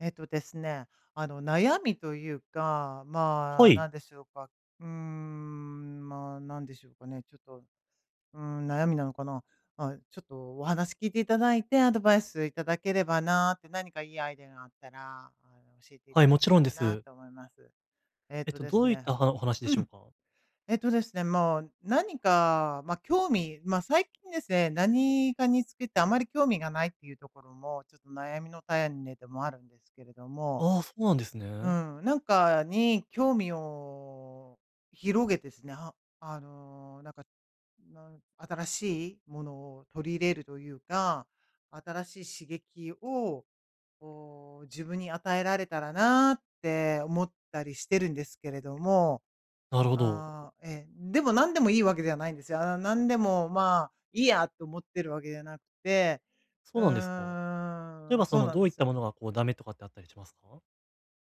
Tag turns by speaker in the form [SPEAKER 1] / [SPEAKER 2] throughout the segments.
[SPEAKER 1] えっとですね、あの、悩みというか、
[SPEAKER 2] は
[SPEAKER 1] な
[SPEAKER 2] い。
[SPEAKER 1] んでしょうか。なんでしょうかね。ちょっと、うーん、悩みなのかな。まあ、ちょっとお話聞いていただいて、アドバイスいただければなーって、何かいいアイデアがあったら、教えてい
[SPEAKER 2] は
[SPEAKER 1] た
[SPEAKER 2] い、
[SPEAKER 1] だ
[SPEAKER 2] も
[SPEAKER 1] け
[SPEAKER 2] ちろ
[SPEAKER 1] た
[SPEAKER 2] んで
[SPEAKER 1] らな
[SPEAKER 2] す。
[SPEAKER 1] と思います。えっとで
[SPEAKER 2] ど
[SPEAKER 1] す
[SPEAKER 2] ういっ
[SPEAKER 1] ね。
[SPEAKER 2] たはお話で
[SPEAKER 1] う
[SPEAKER 2] しょう
[SPEAKER 1] ん。
[SPEAKER 2] か？
[SPEAKER 1] えっとですね、もう何か、まあ、興味、まあ、最近ですね、何かにつけてあまり興味がないっていうところも、ちょっと悩みの種でもあるんですけれども、
[SPEAKER 2] ああ、そうなんです
[SPEAKER 1] う
[SPEAKER 2] ね。
[SPEAKER 1] ん、なんかに興味を広げてですね、新しいものを取り入れるというか、新しい刺激を、自分に与えられたらなって思ったりしてるんですけれども、
[SPEAKER 2] なるほど。
[SPEAKER 1] あーえでも何でもいいわけではないんですよ。あー何でも、まあ、いいやと思ってるわけじゃなくて、
[SPEAKER 2] そ
[SPEAKER 1] う
[SPEAKER 2] うなんですか。例え
[SPEAKER 1] ーん、
[SPEAKER 2] ばそ
[SPEAKER 1] そう
[SPEAKER 2] の、
[SPEAKER 1] なん
[SPEAKER 2] ど
[SPEAKER 1] で
[SPEAKER 2] ういっ
[SPEAKER 1] す
[SPEAKER 2] た
[SPEAKER 1] よ。
[SPEAKER 2] ものがこうダメとかってあったりしますか？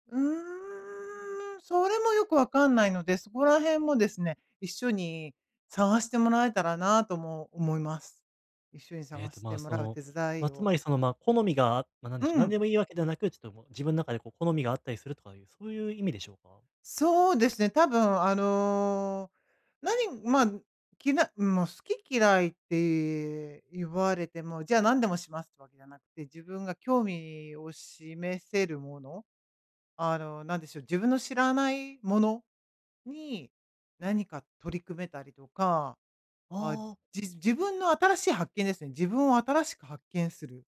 [SPEAKER 1] うーん、それもよくわかんないので、そこら辺もですね、一緒に探してもらえたらなとも思います。一緒に
[SPEAKER 2] え
[SPEAKER 1] 探
[SPEAKER 2] っと、
[SPEAKER 1] し
[SPEAKER 2] ま
[SPEAKER 1] て
[SPEAKER 2] あ、
[SPEAKER 1] も
[SPEAKER 2] そ
[SPEAKER 1] らう
[SPEAKER 2] の、
[SPEAKER 1] 手伝い
[SPEAKER 2] つ
[SPEAKER 1] を。
[SPEAKER 2] まりその、好みが、
[SPEAKER 1] う
[SPEAKER 2] なん
[SPEAKER 1] ん、
[SPEAKER 2] でもいいわけではなく、ちょっともう自分の中でこう好みがあったりするとかいう、そういう意味でしょうか？
[SPEAKER 1] そうですね、多分あの、何まあ、きなもう好き嫌いって言われても、じゃあ何でもしますってわけじゃなくて、自分が興味を示せるもの、なんでしょう、自分の知らないものに、何か取り組めたりとかあ、
[SPEAKER 2] あ
[SPEAKER 1] 自分の新しい発見ですね。自分を新しく発見するっ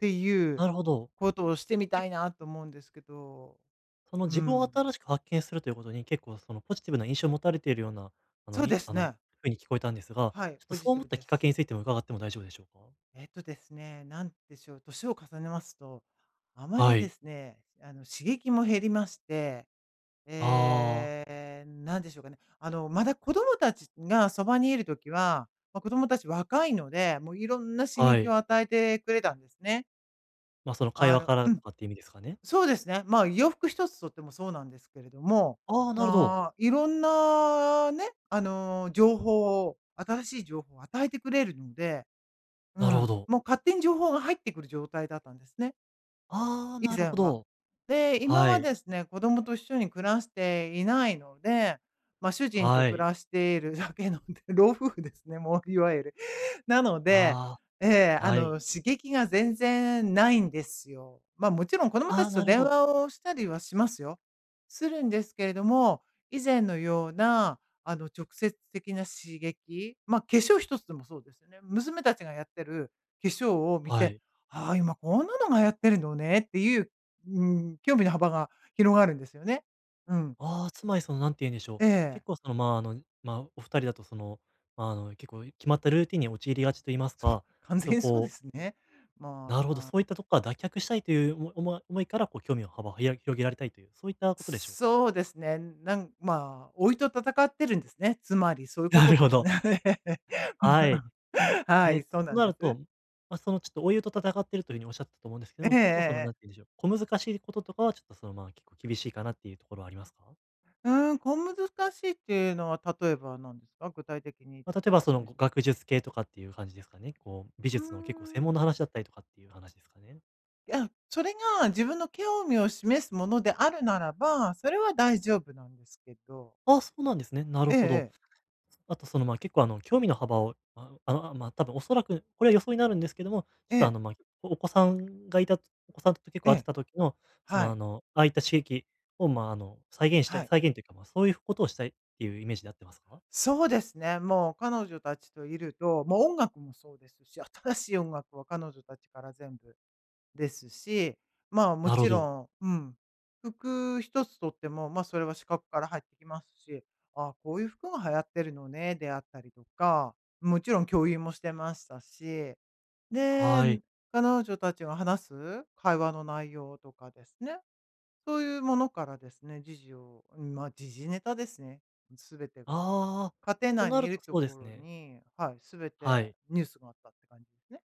[SPEAKER 1] てい
[SPEAKER 2] あ、
[SPEAKER 1] う
[SPEAKER 2] なるほど。
[SPEAKER 1] ことをしてみ
[SPEAKER 2] え、
[SPEAKER 1] たいなと思うんですけど、
[SPEAKER 2] その
[SPEAKER 1] う
[SPEAKER 2] 自分を
[SPEAKER 1] ん。
[SPEAKER 2] 新しく発見するということに、結構そのポジティブな印象を持たれているような、あの、
[SPEAKER 1] そう
[SPEAKER 2] い
[SPEAKER 1] です
[SPEAKER 2] あの、
[SPEAKER 1] ね。
[SPEAKER 2] 風に聞こえたんですが、
[SPEAKER 1] はい、
[SPEAKER 2] ちょっと
[SPEAKER 1] ポ
[SPEAKER 2] そ
[SPEAKER 1] ジ
[SPEAKER 2] う
[SPEAKER 1] テ
[SPEAKER 2] 思
[SPEAKER 1] ィ
[SPEAKER 2] っ
[SPEAKER 1] ブ
[SPEAKER 2] た
[SPEAKER 1] で
[SPEAKER 2] きっかけ
[SPEAKER 1] す。
[SPEAKER 2] についても伺っても大丈夫でしょうか？
[SPEAKER 1] なんでしょう、年を重ねますと、あまり
[SPEAKER 2] は
[SPEAKER 1] で
[SPEAKER 2] い。
[SPEAKER 1] すね、刺激も減りまして、
[SPEAKER 2] ああ、
[SPEAKER 1] なんでしょうかね。あの、まだ子供たちがそばにいるときは、まあ、子供たち若いので、もういろんな刺
[SPEAKER 2] は
[SPEAKER 1] 激
[SPEAKER 2] い。
[SPEAKER 1] を与えてくれたんですね。
[SPEAKER 2] まあ、その会
[SPEAKER 1] あ
[SPEAKER 2] 話
[SPEAKER 1] の
[SPEAKER 2] からとかって意味ですかね？
[SPEAKER 1] そうですね。まあ、洋服一つとってもそうなんですけれども、
[SPEAKER 2] ああ、なるほど。
[SPEAKER 1] まあ、いろんなね、情報を、新しい情報を与えてくれるので、う
[SPEAKER 2] なるほ
[SPEAKER 1] ん、
[SPEAKER 2] ど。
[SPEAKER 1] もう勝手に情報が入ってくる状態だったんですね、
[SPEAKER 2] ああ、
[SPEAKER 1] 以
[SPEAKER 2] なる
[SPEAKER 1] 前
[SPEAKER 2] ほ
[SPEAKER 1] は。
[SPEAKER 2] ど。
[SPEAKER 1] で、今
[SPEAKER 2] は
[SPEAKER 1] は
[SPEAKER 2] い。
[SPEAKER 1] ですね、子供と一緒に暮らしていないので、まあ、主人と
[SPEAKER 2] は
[SPEAKER 1] 暮
[SPEAKER 2] い。
[SPEAKER 1] らしているだけので 老夫婦ですね、もういわゆる。なので、
[SPEAKER 2] ああ、はい。
[SPEAKER 1] 刺激が全然ないんですよ。まあ、もちろん子供た
[SPEAKER 2] ああ、
[SPEAKER 1] ちと
[SPEAKER 2] なるほ
[SPEAKER 1] 電
[SPEAKER 2] ど。
[SPEAKER 1] 話をしたりはしますよ。するんですけれども、以前のような、直接的な刺激、まあ、化粧一つでもそうですよね。娘たちがやってる化粧を見
[SPEAKER 2] は
[SPEAKER 1] て、
[SPEAKER 2] い。
[SPEAKER 1] ああ、今こんなのがやってるのねっていう、うん、興味の幅が広がるんですよね。うん。
[SPEAKER 2] ああ、つまりその、なんて言うんでしょ
[SPEAKER 1] え
[SPEAKER 2] う、
[SPEAKER 1] え。
[SPEAKER 2] 結構その、ま、ああの、ま、あお二人だとその、結構決まったルーティンに陥りがちと言います
[SPEAKER 1] そう、
[SPEAKER 2] か、
[SPEAKER 1] 完
[SPEAKER 2] ちょっ
[SPEAKER 1] 全
[SPEAKER 2] と
[SPEAKER 1] にそうで
[SPEAKER 2] こう、
[SPEAKER 1] すね。ま
[SPEAKER 2] なるほど、
[SPEAKER 1] あ
[SPEAKER 2] そういったとこから脱却したいというおも思い思いから、こう興味の幅を広げられたいという、そういったことでしょうか？
[SPEAKER 1] そうですね。なん、まあ、老いと戦ってるんですね。つまりそうい うこ
[SPEAKER 2] な
[SPEAKER 1] と
[SPEAKER 2] る
[SPEAKER 1] で
[SPEAKER 2] ほ
[SPEAKER 1] す
[SPEAKER 2] ど。
[SPEAKER 1] ね。う
[SPEAKER 2] は
[SPEAKER 1] ん
[SPEAKER 2] い。
[SPEAKER 1] は
[SPEAKER 2] えっ
[SPEAKER 1] い、
[SPEAKER 2] と、
[SPEAKER 1] そう
[SPEAKER 2] と
[SPEAKER 1] なん
[SPEAKER 2] な
[SPEAKER 1] で
[SPEAKER 2] ると、
[SPEAKER 1] す。
[SPEAKER 2] ちょっとお湯と戦ってるというふうにおっしゃったと思うんですけ
[SPEAKER 1] え
[SPEAKER 2] ど
[SPEAKER 1] え
[SPEAKER 2] も、
[SPEAKER 1] ええ
[SPEAKER 2] 結構その、な
[SPEAKER 1] え
[SPEAKER 2] んて言
[SPEAKER 1] え。
[SPEAKER 2] うんでしょう、小難しいこととかは、ちょっとその、まあ、結構厳しいかなっていうところはありますか？
[SPEAKER 1] うーん、小難しいっていうのは例えば何ですか？具体的に
[SPEAKER 2] ま
[SPEAKER 1] ちょっ
[SPEAKER 2] あ、例え
[SPEAKER 1] と
[SPEAKER 2] ばその、
[SPEAKER 1] 示
[SPEAKER 2] ご
[SPEAKER 1] してもらえ
[SPEAKER 2] 学
[SPEAKER 1] ま
[SPEAKER 2] 術系とかっていう感じですかね？こう、美
[SPEAKER 1] すう
[SPEAKER 2] 術の結構専門の
[SPEAKER 1] ーん。
[SPEAKER 2] 話だったりとかっていう話ですかね？
[SPEAKER 1] いや、それが自分の興味を示すものであるならば、それは大丈夫なんですけど。
[SPEAKER 2] あ、そうなんですね。なる
[SPEAKER 1] ええ
[SPEAKER 2] ほど。
[SPEAKER 1] ええ。
[SPEAKER 2] あとその、結構あの、興味の幅を、まあ、多分おそらく、これは予想になるんですけども、ちょっ
[SPEAKER 1] え
[SPEAKER 2] とあ
[SPEAKER 1] え、
[SPEAKER 2] の、ま、あおお子さんがいたお子さんと結構
[SPEAKER 1] え
[SPEAKER 2] 会って
[SPEAKER 1] え。
[SPEAKER 2] た時の、
[SPEAKER 1] はい、
[SPEAKER 2] ああいった刺激を、再現した
[SPEAKER 1] は
[SPEAKER 2] い
[SPEAKER 1] い。
[SPEAKER 2] 再現というか、まあ、そういうことをしたいっていうイメージで合ってますか？
[SPEAKER 1] そうですね。もう彼女たちといると、もう音楽もそうですし、新しい音楽は彼女たちから全部ですし、まあも
[SPEAKER 2] なるほ
[SPEAKER 1] ち
[SPEAKER 2] ど。
[SPEAKER 1] ろん、うん、服一つとっても、まあそれは視覚から入ってきますし、あこういう服が流行ってるのね、であったりとか、もちろん共有もしてましたし、で、
[SPEAKER 2] はい。
[SPEAKER 1] 彼女たちが話す会話の内容とかですね、そういうものからですね、時事を、まあ時事ネタですね、すべてが。
[SPEAKER 2] ああ、
[SPEAKER 1] 家庭
[SPEAKER 2] と
[SPEAKER 1] 内
[SPEAKER 2] な
[SPEAKER 1] にい
[SPEAKER 2] る
[SPEAKER 1] る
[SPEAKER 2] と
[SPEAKER 1] と
[SPEAKER 2] そうで
[SPEAKER 1] こ
[SPEAKER 2] す
[SPEAKER 1] ろ
[SPEAKER 2] ね。
[SPEAKER 1] に、はい、すべ
[SPEAKER 2] は
[SPEAKER 1] て
[SPEAKER 2] い。
[SPEAKER 1] ニュースがあったって感じですね。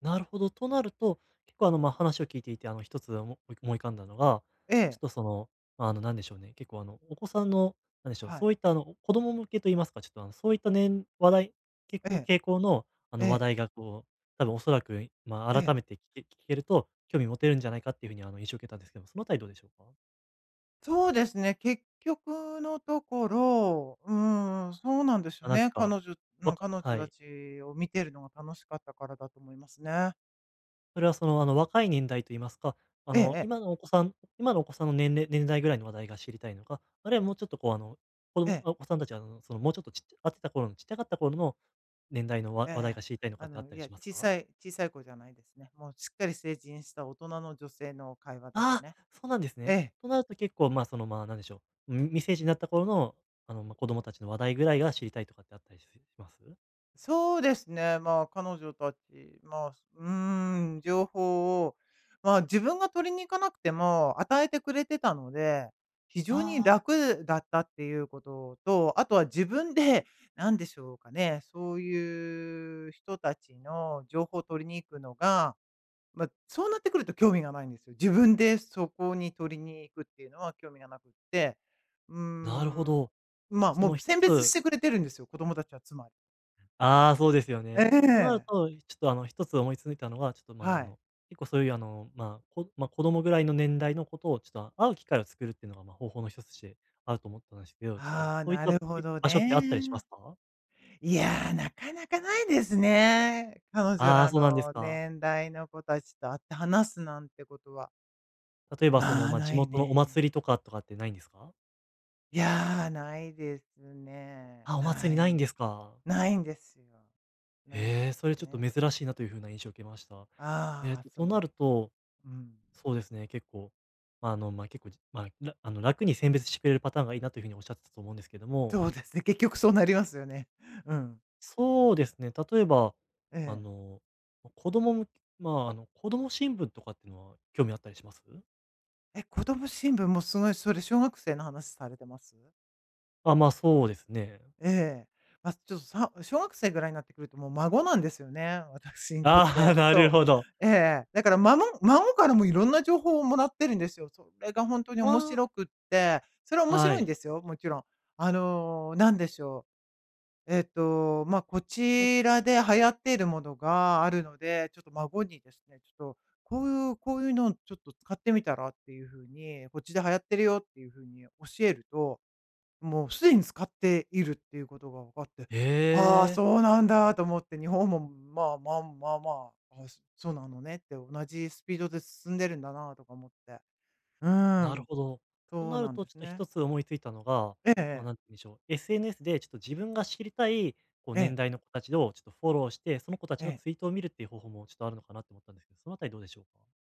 [SPEAKER 2] なるほど。となると、結構あの、まあ、話を聞いていて、あの、一つ思い浮かんだのが、
[SPEAKER 1] え
[SPEAKER 2] ちょ
[SPEAKER 1] え、
[SPEAKER 2] っとその、なんでしょうね、結構あの、お子さんの、なんでしょう、
[SPEAKER 1] はい、
[SPEAKER 2] そういったあの、子供向けと言いますか、ちょっとあの、そういったね話題結
[SPEAKER 1] え
[SPEAKER 2] 構
[SPEAKER 1] え、
[SPEAKER 2] 傾向の、あ
[SPEAKER 1] え
[SPEAKER 2] の、話
[SPEAKER 1] え、
[SPEAKER 2] 題がこう、多分おそらく、ま
[SPEAKER 1] え
[SPEAKER 2] あ、改
[SPEAKER 1] え。
[SPEAKER 2] めて聞けると興味持てるんじゃないかっていうふうに、あの、印象を受けたんですけども、そのあたりどうでしょうか？
[SPEAKER 1] そうですね、結局のところ、うん、そうなんです
[SPEAKER 2] ま
[SPEAKER 1] よ
[SPEAKER 2] あ、なんてい
[SPEAKER 1] ね。
[SPEAKER 2] うか、
[SPEAKER 1] う
[SPEAKER 2] わ
[SPEAKER 1] ん、彼
[SPEAKER 2] か
[SPEAKER 1] 女
[SPEAKER 2] は
[SPEAKER 1] た
[SPEAKER 2] い。
[SPEAKER 1] ちを見てるのが楽しかったからだと思いますね。
[SPEAKER 2] それはその、あの、若い年代と言いますか、あ
[SPEAKER 1] えええ
[SPEAKER 2] の、
[SPEAKER 1] え、
[SPEAKER 2] 今のお子さんの年代ぐらいの話題が知りたいのか、あるいはもうちょっとこう、あの、子
[SPEAKER 1] え
[SPEAKER 2] 供
[SPEAKER 1] え、
[SPEAKER 2] あお子さんたちは、あの、その、もうちょっとちっちゃかった頃の年代の話題
[SPEAKER 1] ええ。
[SPEAKER 2] が知りたいのかってあった
[SPEAKER 1] い
[SPEAKER 2] り
[SPEAKER 1] や、
[SPEAKER 2] します
[SPEAKER 1] 小
[SPEAKER 2] か？
[SPEAKER 1] さい小さい子じゃないですね。もうしっかり成人した大人の女性の会話です
[SPEAKER 2] ああ、
[SPEAKER 1] ね。
[SPEAKER 2] そうなんです
[SPEAKER 1] え
[SPEAKER 2] ね。
[SPEAKER 1] え。
[SPEAKER 2] となると結構、まあ、その、まあ、なんでしょう、未成人になった頃の、あの、まあ、子供たちの話題ぐらいが知りたいとかってあったりします？
[SPEAKER 1] そうですね、まあ、彼女たち、まあ、すうーん、情報を、まあ、自分が取りに行かなくても与えてくれてたので、非常に
[SPEAKER 2] ああ、
[SPEAKER 1] 楽だったっていうことと、あとは自分で、なんでしょうかね、そういう人たちの情報を取りに行くのが、まあ、そうなってくると興味がないんですよ。自分でそこに取りに行くっていうのは興味がなくって、う
[SPEAKER 2] なるほ
[SPEAKER 1] ーん、
[SPEAKER 2] ど。
[SPEAKER 1] まあ、
[SPEAKER 2] そ
[SPEAKER 1] もう
[SPEAKER 2] の、一
[SPEAKER 1] 選別し
[SPEAKER 2] つ
[SPEAKER 1] てくれてるんですよ、子供たちはつまり。
[SPEAKER 2] ああ、そうですよね。
[SPEAKER 1] え
[SPEAKER 2] となる
[SPEAKER 1] え。
[SPEAKER 2] と、ちょっと、あの、一つ思いついたのが、ちょっと、まあ、
[SPEAKER 1] は
[SPEAKER 2] あ
[SPEAKER 1] い。
[SPEAKER 2] の、結構そういう、あの、まあ、こまあ、子供ぐらいの年代のことを、ちょっと会う機会を作るっていうのが、まあ、方法の一つとしてあると思ったんですけど、ちょっと
[SPEAKER 1] ああ、
[SPEAKER 2] そういっ
[SPEAKER 1] な
[SPEAKER 2] た、
[SPEAKER 1] るほ
[SPEAKER 2] い
[SPEAKER 1] ど
[SPEAKER 2] 場所ってあったりしま
[SPEAKER 1] ね。
[SPEAKER 2] すか？
[SPEAKER 1] いやー、なかなかないですね。彼女
[SPEAKER 2] ああー、
[SPEAKER 1] ら
[SPEAKER 2] そうなんです
[SPEAKER 1] の
[SPEAKER 2] か。
[SPEAKER 1] 年代の子たちと会って話すなんてことは、
[SPEAKER 2] 例えば、その、
[SPEAKER 1] まあ、
[SPEAKER 2] まあ、地
[SPEAKER 1] ない
[SPEAKER 2] 元のお
[SPEAKER 1] ね。
[SPEAKER 2] 祭りとかってないんですか？
[SPEAKER 1] いやー、ないですね。
[SPEAKER 2] あ、お祭
[SPEAKER 1] な
[SPEAKER 2] りないん
[SPEAKER 1] い。
[SPEAKER 2] ですか。
[SPEAKER 1] ないんですよ。ないん
[SPEAKER 2] へえ、
[SPEAKER 1] です
[SPEAKER 2] それちょっ
[SPEAKER 1] ね。
[SPEAKER 2] と珍しいなという風な印象を受けました。
[SPEAKER 1] ああ、そ
[SPEAKER 2] と
[SPEAKER 1] う
[SPEAKER 2] な
[SPEAKER 1] です。
[SPEAKER 2] ると
[SPEAKER 1] うん。
[SPEAKER 2] そうですね、結構、結構、じまあ、らあの、楽に選別してくれるパターンがいいなというふうにおっしゃってたと思うんですけども、
[SPEAKER 1] そうですね、結局そうなりますよね。うん。
[SPEAKER 2] そうですね、例えば、
[SPEAKER 1] え
[SPEAKER 2] あ
[SPEAKER 1] え。
[SPEAKER 2] の、ま子供むまあ、あの、子供新聞とかっていうのは興味あったりします？
[SPEAKER 1] え、子供新聞もすごい、それ小学生の話されてます？
[SPEAKER 2] あ、ま、あそうですね。
[SPEAKER 1] ええ。ちょっと小学生ぐらいになってくると、もう孫なんですよね、私にとっ
[SPEAKER 2] ああ、
[SPEAKER 1] て。
[SPEAKER 2] なる
[SPEAKER 1] そ
[SPEAKER 2] ほど。
[SPEAKER 1] う。ええ。だから孫からもいろんな情報をもらってるんですよ。それがほんとに面
[SPEAKER 2] あ
[SPEAKER 1] 白くって、それは
[SPEAKER 2] あ、
[SPEAKER 1] 面
[SPEAKER 2] は
[SPEAKER 1] 白いん
[SPEAKER 2] い。
[SPEAKER 1] ですよ、もちろん。あの、なんでしょう、えっと、ま、こち
[SPEAKER 2] も
[SPEAKER 1] らで流行っているものがあるので、ちょっと孫にですね、ちょっとこういうのちょっと使ってみたらっていう風に、こっちで流行ってるよっていう風に教えるともうすでに使っているっていうことが分かって、はあ、
[SPEAKER 2] へ
[SPEAKER 1] そ
[SPEAKER 2] え。
[SPEAKER 1] うなんだと思って、日本も、そうなのねって、同じスピードで進んでるんだなとか思って。うー
[SPEAKER 2] なる
[SPEAKER 1] ん、
[SPEAKER 2] ほど。と
[SPEAKER 1] そう
[SPEAKER 2] な
[SPEAKER 1] な
[SPEAKER 2] る
[SPEAKER 1] ん
[SPEAKER 2] と、
[SPEAKER 1] で
[SPEAKER 2] ち
[SPEAKER 1] す
[SPEAKER 2] ょっと
[SPEAKER 1] ね。
[SPEAKER 2] 一つ思いついたのが、
[SPEAKER 1] え
[SPEAKER 2] その、
[SPEAKER 1] え。
[SPEAKER 2] なんて言うんでしょう、SNS でちょっと自分が知りたい、こう、
[SPEAKER 1] ええ
[SPEAKER 2] 年代の子たちをちょっとフォローして、その子たち
[SPEAKER 1] え
[SPEAKER 2] の
[SPEAKER 1] え。
[SPEAKER 2] ツイートを見るっていう方法もちょっとあるのかなって思ったんですけど、そのあたりどうでしょうか？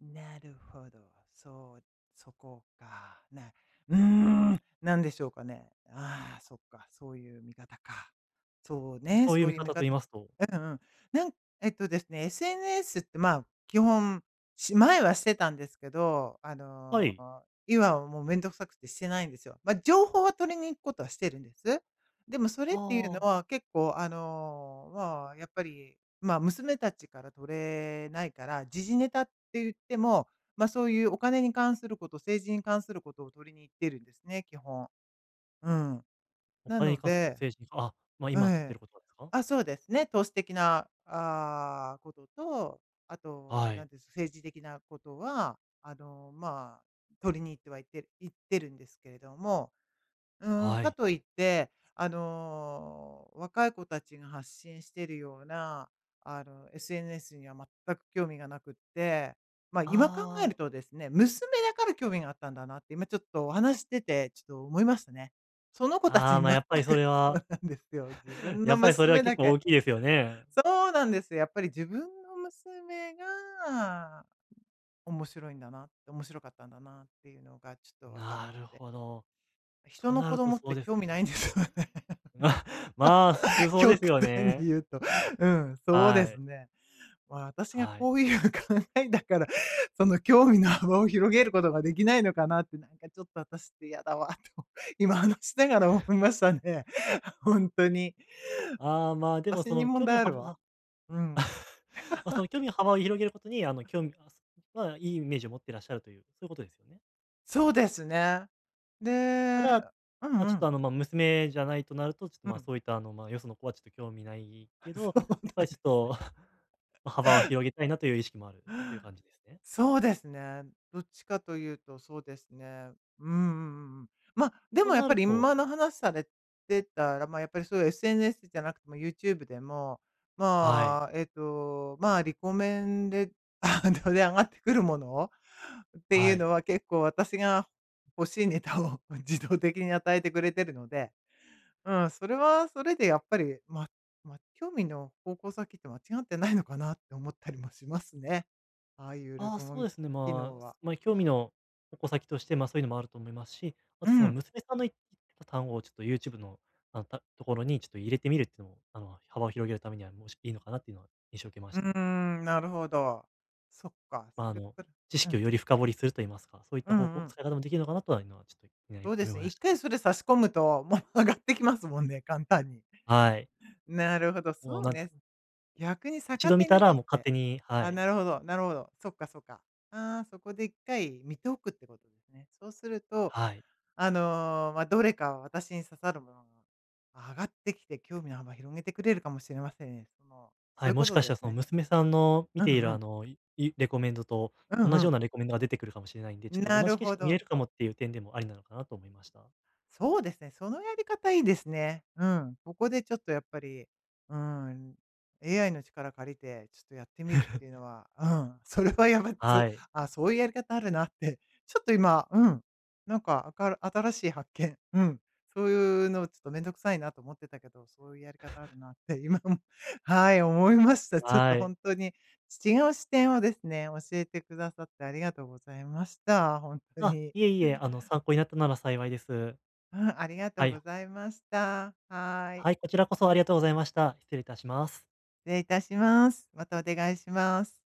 [SPEAKER 1] なるほど。そう、そこか。うーん、なんでしょうかね。ああ、そっか、そういう見方か。そうね、
[SPEAKER 2] そういう
[SPEAKER 1] そう
[SPEAKER 2] 見
[SPEAKER 1] いう見
[SPEAKER 2] 方と言い
[SPEAKER 1] 方。
[SPEAKER 2] ますと
[SPEAKER 1] うんうん。なんえっとですね、SNS ってまあ、基本、前はしてたんですけど、
[SPEAKER 2] はい。
[SPEAKER 1] 今はもうめんどくさくてしてないんですよ。ま、情報は取りに行くことはしてるんです。でもそれっていうの
[SPEAKER 2] ああ、
[SPEAKER 1] は結構あの、まあ、やっぱりまあ、娘たちから取れないから、時事ネタって言っても、まあ、そういうお金に関すること、政治に関することを取りに行ってるんですね、基本。うん。
[SPEAKER 2] お
[SPEAKER 1] な
[SPEAKER 2] 金に
[SPEAKER 1] の
[SPEAKER 2] 関すること、
[SPEAKER 1] で
[SPEAKER 2] 政治にかあ、ま、
[SPEAKER 1] え
[SPEAKER 2] 今取って
[SPEAKER 1] え。
[SPEAKER 2] ることですか？
[SPEAKER 1] あ、そうですね、投資的なことと、あと、
[SPEAKER 2] は
[SPEAKER 1] なん
[SPEAKER 2] い。
[SPEAKER 1] ていうんです、政治的なことは、取りに行って行ってるんですけれどもうーん、
[SPEAKER 2] は
[SPEAKER 1] か
[SPEAKER 2] い。
[SPEAKER 1] といって、あの、若い子たちが発信しているような、SNS には全く興味がなくって、ま、今考え
[SPEAKER 2] ああ、
[SPEAKER 1] るとですね、娘だから興味があったんだなって、今ちょっとお話してて、ちょっと思いましたね。その子た
[SPEAKER 2] あ
[SPEAKER 1] ち
[SPEAKER 2] あ、
[SPEAKER 1] に
[SPEAKER 2] ま、
[SPEAKER 1] 全く
[SPEAKER 2] やっぱりそれ
[SPEAKER 1] そ
[SPEAKER 2] は
[SPEAKER 1] うなんですよ。自 分
[SPEAKER 2] や
[SPEAKER 1] の
[SPEAKER 2] っぱりそれは
[SPEAKER 1] 娘
[SPEAKER 2] 結
[SPEAKER 1] だ
[SPEAKER 2] 構大
[SPEAKER 1] け。
[SPEAKER 2] きいですよね。
[SPEAKER 1] そうなんですよ。やっぱり自分の娘が面白いんだなって、面白かったんだなっていうのがちょっと分かっ
[SPEAKER 2] なる
[SPEAKER 1] て。
[SPEAKER 2] ほど。
[SPEAKER 1] 人
[SPEAKER 2] と
[SPEAKER 1] の
[SPEAKER 2] な
[SPEAKER 1] 子
[SPEAKER 2] ると
[SPEAKER 1] 供っ
[SPEAKER 2] そう
[SPEAKER 1] て
[SPEAKER 2] です
[SPEAKER 1] 興味な
[SPEAKER 2] ね。
[SPEAKER 1] いんですよね。
[SPEAKER 2] まあ、まあ、普通 そうです
[SPEAKER 1] 極
[SPEAKER 2] よ
[SPEAKER 1] 端に
[SPEAKER 2] ね。
[SPEAKER 1] 言うと、うん、そうで
[SPEAKER 2] は
[SPEAKER 1] す
[SPEAKER 2] い。
[SPEAKER 1] ね。まあ、私が
[SPEAKER 2] はい。
[SPEAKER 1] こういう考えだから、その興味の幅を広げることができないのかなって、なんかちょっと私って嫌だわと、今話しながら思いましたね。ほんとに。
[SPEAKER 2] ああ、まあ、でも
[SPEAKER 1] 私
[SPEAKER 2] そ
[SPEAKER 1] に
[SPEAKER 2] の
[SPEAKER 1] 問
[SPEAKER 2] 興味
[SPEAKER 1] 題
[SPEAKER 2] を
[SPEAKER 1] ある
[SPEAKER 2] 幅…
[SPEAKER 1] わ。
[SPEAKER 2] は
[SPEAKER 1] うん。
[SPEAKER 2] まあ、その興味の幅を広げることに、あの、興味あ、すまあ、いいイメージを持ってらっしゃるという、そういうことですよね。
[SPEAKER 1] そうですね。で
[SPEAKER 2] ただ、
[SPEAKER 1] う
[SPEAKER 2] まあ、
[SPEAKER 1] んう
[SPEAKER 2] ちょっと、あ
[SPEAKER 1] ん。
[SPEAKER 2] の、まあ、娘じゃないとなると、ちょっと、
[SPEAKER 1] う
[SPEAKER 2] ま、あ
[SPEAKER 1] ん。
[SPEAKER 2] そういった、よその子はちょっと興味ないけ
[SPEAKER 1] そ
[SPEAKER 2] ど、
[SPEAKER 1] う
[SPEAKER 2] やっぱ
[SPEAKER 1] なん
[SPEAKER 2] りちょ
[SPEAKER 1] で
[SPEAKER 2] っ
[SPEAKER 1] すね。
[SPEAKER 2] と ま、幅を広げたいなという意識もあるという感じですね。
[SPEAKER 1] そうですね。どっちかというとそうですね。うんうんうん。まあ、で
[SPEAKER 2] と
[SPEAKER 1] もやっ
[SPEAKER 2] な
[SPEAKER 1] ぱ
[SPEAKER 2] る
[SPEAKER 1] り
[SPEAKER 2] と
[SPEAKER 1] 今の話されてたら、まあ、やっぱりそういう SNS じゃなくても YouTube でも、
[SPEAKER 2] はい、
[SPEAKER 1] リコメンで 上がってくるものってい
[SPEAKER 2] は
[SPEAKER 1] う
[SPEAKER 2] い。
[SPEAKER 1] のは結構私が欲しいネタを 自動的に与えてくれてるのでうん、それはそれでやっぱり、興味の方向先って間違ってないのかなって思ったりもしますね。ああいう
[SPEAKER 2] ああ、
[SPEAKER 1] 録
[SPEAKER 2] そう
[SPEAKER 1] 音
[SPEAKER 2] です
[SPEAKER 1] き
[SPEAKER 2] ね。
[SPEAKER 1] 機能は。
[SPEAKER 2] まあ、興味の矛先として、まあ、そういうのもあると思いますし、あ
[SPEAKER 1] う
[SPEAKER 2] とその
[SPEAKER 1] ん。
[SPEAKER 2] 娘さんの言ってた単語をちょっと YouTube の、あの、ところにちょっと入れてみるっていうのも、あの、幅を広げるためには、もしいいのかなっていうのは印象を受けま
[SPEAKER 1] う
[SPEAKER 2] した。
[SPEAKER 1] ーん、なるほど。そっか、
[SPEAKER 2] まあ、
[SPEAKER 1] そ
[SPEAKER 2] あ
[SPEAKER 1] れ
[SPEAKER 2] の、
[SPEAKER 1] から
[SPEAKER 2] 知
[SPEAKER 1] う
[SPEAKER 2] 識を
[SPEAKER 1] ん。
[SPEAKER 2] より深掘りすると言いますか、そういっ
[SPEAKER 1] う
[SPEAKER 2] た
[SPEAKER 1] ん
[SPEAKER 2] 方
[SPEAKER 1] う
[SPEAKER 2] 向
[SPEAKER 1] ん。
[SPEAKER 2] 使い方もできるのかなとはいうのはちょっと、になり
[SPEAKER 1] そうで
[SPEAKER 2] 思い
[SPEAKER 1] すね。
[SPEAKER 2] ま
[SPEAKER 1] 一
[SPEAKER 2] した。
[SPEAKER 1] 回それ差し込むと、もう上がってきますもんね、簡単に。
[SPEAKER 2] はい。
[SPEAKER 1] なるほど、
[SPEAKER 2] もう
[SPEAKER 1] そう
[SPEAKER 2] なんていう
[SPEAKER 1] ね。
[SPEAKER 2] か、
[SPEAKER 1] 逆に
[SPEAKER 2] 一
[SPEAKER 1] 逆
[SPEAKER 2] 度見
[SPEAKER 1] 手
[SPEAKER 2] た
[SPEAKER 1] にと
[SPEAKER 2] ら
[SPEAKER 1] っ
[SPEAKER 2] もう勝
[SPEAKER 1] て。
[SPEAKER 2] 手には
[SPEAKER 1] あ、
[SPEAKER 2] い。
[SPEAKER 1] なるほどなるほど。そっかそっか。ああ、そこで一回見ておくってことですね。そうすると
[SPEAKER 2] はい。
[SPEAKER 1] まあ、どれか私に刺さるものが上がってきて、興味の幅広げてくれるかもしれませんね。その、
[SPEAKER 2] は
[SPEAKER 1] そう
[SPEAKER 2] い、
[SPEAKER 1] いう
[SPEAKER 2] も
[SPEAKER 1] こ
[SPEAKER 2] し
[SPEAKER 1] と
[SPEAKER 2] かし
[SPEAKER 1] で
[SPEAKER 2] たら
[SPEAKER 1] す
[SPEAKER 2] その
[SPEAKER 1] ね。
[SPEAKER 2] 娘さんの見
[SPEAKER 1] う
[SPEAKER 2] てい
[SPEAKER 1] んう
[SPEAKER 2] るあ
[SPEAKER 1] ん。
[SPEAKER 2] の、いいレコメンドと
[SPEAKER 1] うん
[SPEAKER 2] 同
[SPEAKER 1] う
[SPEAKER 2] じよ
[SPEAKER 1] ん。
[SPEAKER 2] うなレコメンドが出てくるかもしれないんで、ちょっと
[SPEAKER 1] な
[SPEAKER 2] 同
[SPEAKER 1] る
[SPEAKER 2] じ景
[SPEAKER 1] ほ
[SPEAKER 2] 色見れ
[SPEAKER 1] ど。
[SPEAKER 2] るかもっていう点でもありなのかなと思いました。
[SPEAKER 1] そうですね、そのやり方いいですね。うん。ここでちょっとやっぱり、うん、AI の力借りて、ちょっとやってみるっていうのは、うん、それはやばつ、
[SPEAKER 2] はい。
[SPEAKER 1] あ、そういうやり方あるなって、ちょっと今、うん、なんか、新しい発見、うん、そういうのちょっとめんどくさいなと思ってたけど、そういうやり方あるなって、今も、はい、思いました。ちょっと
[SPEAKER 2] はい。
[SPEAKER 1] 本当に違う視点をですね、教えてくださってありがとうございました。本当
[SPEAKER 2] あ、
[SPEAKER 1] に。
[SPEAKER 2] いえいえ、あの、参考になったなら幸いです。
[SPEAKER 1] うん、ありがと
[SPEAKER 2] は
[SPEAKER 1] うご
[SPEAKER 2] い。
[SPEAKER 1] ざいました。はーい。
[SPEAKER 2] はい、こちらこそありがとうございました。失礼いたします。
[SPEAKER 1] 失礼いたします。またお願いします。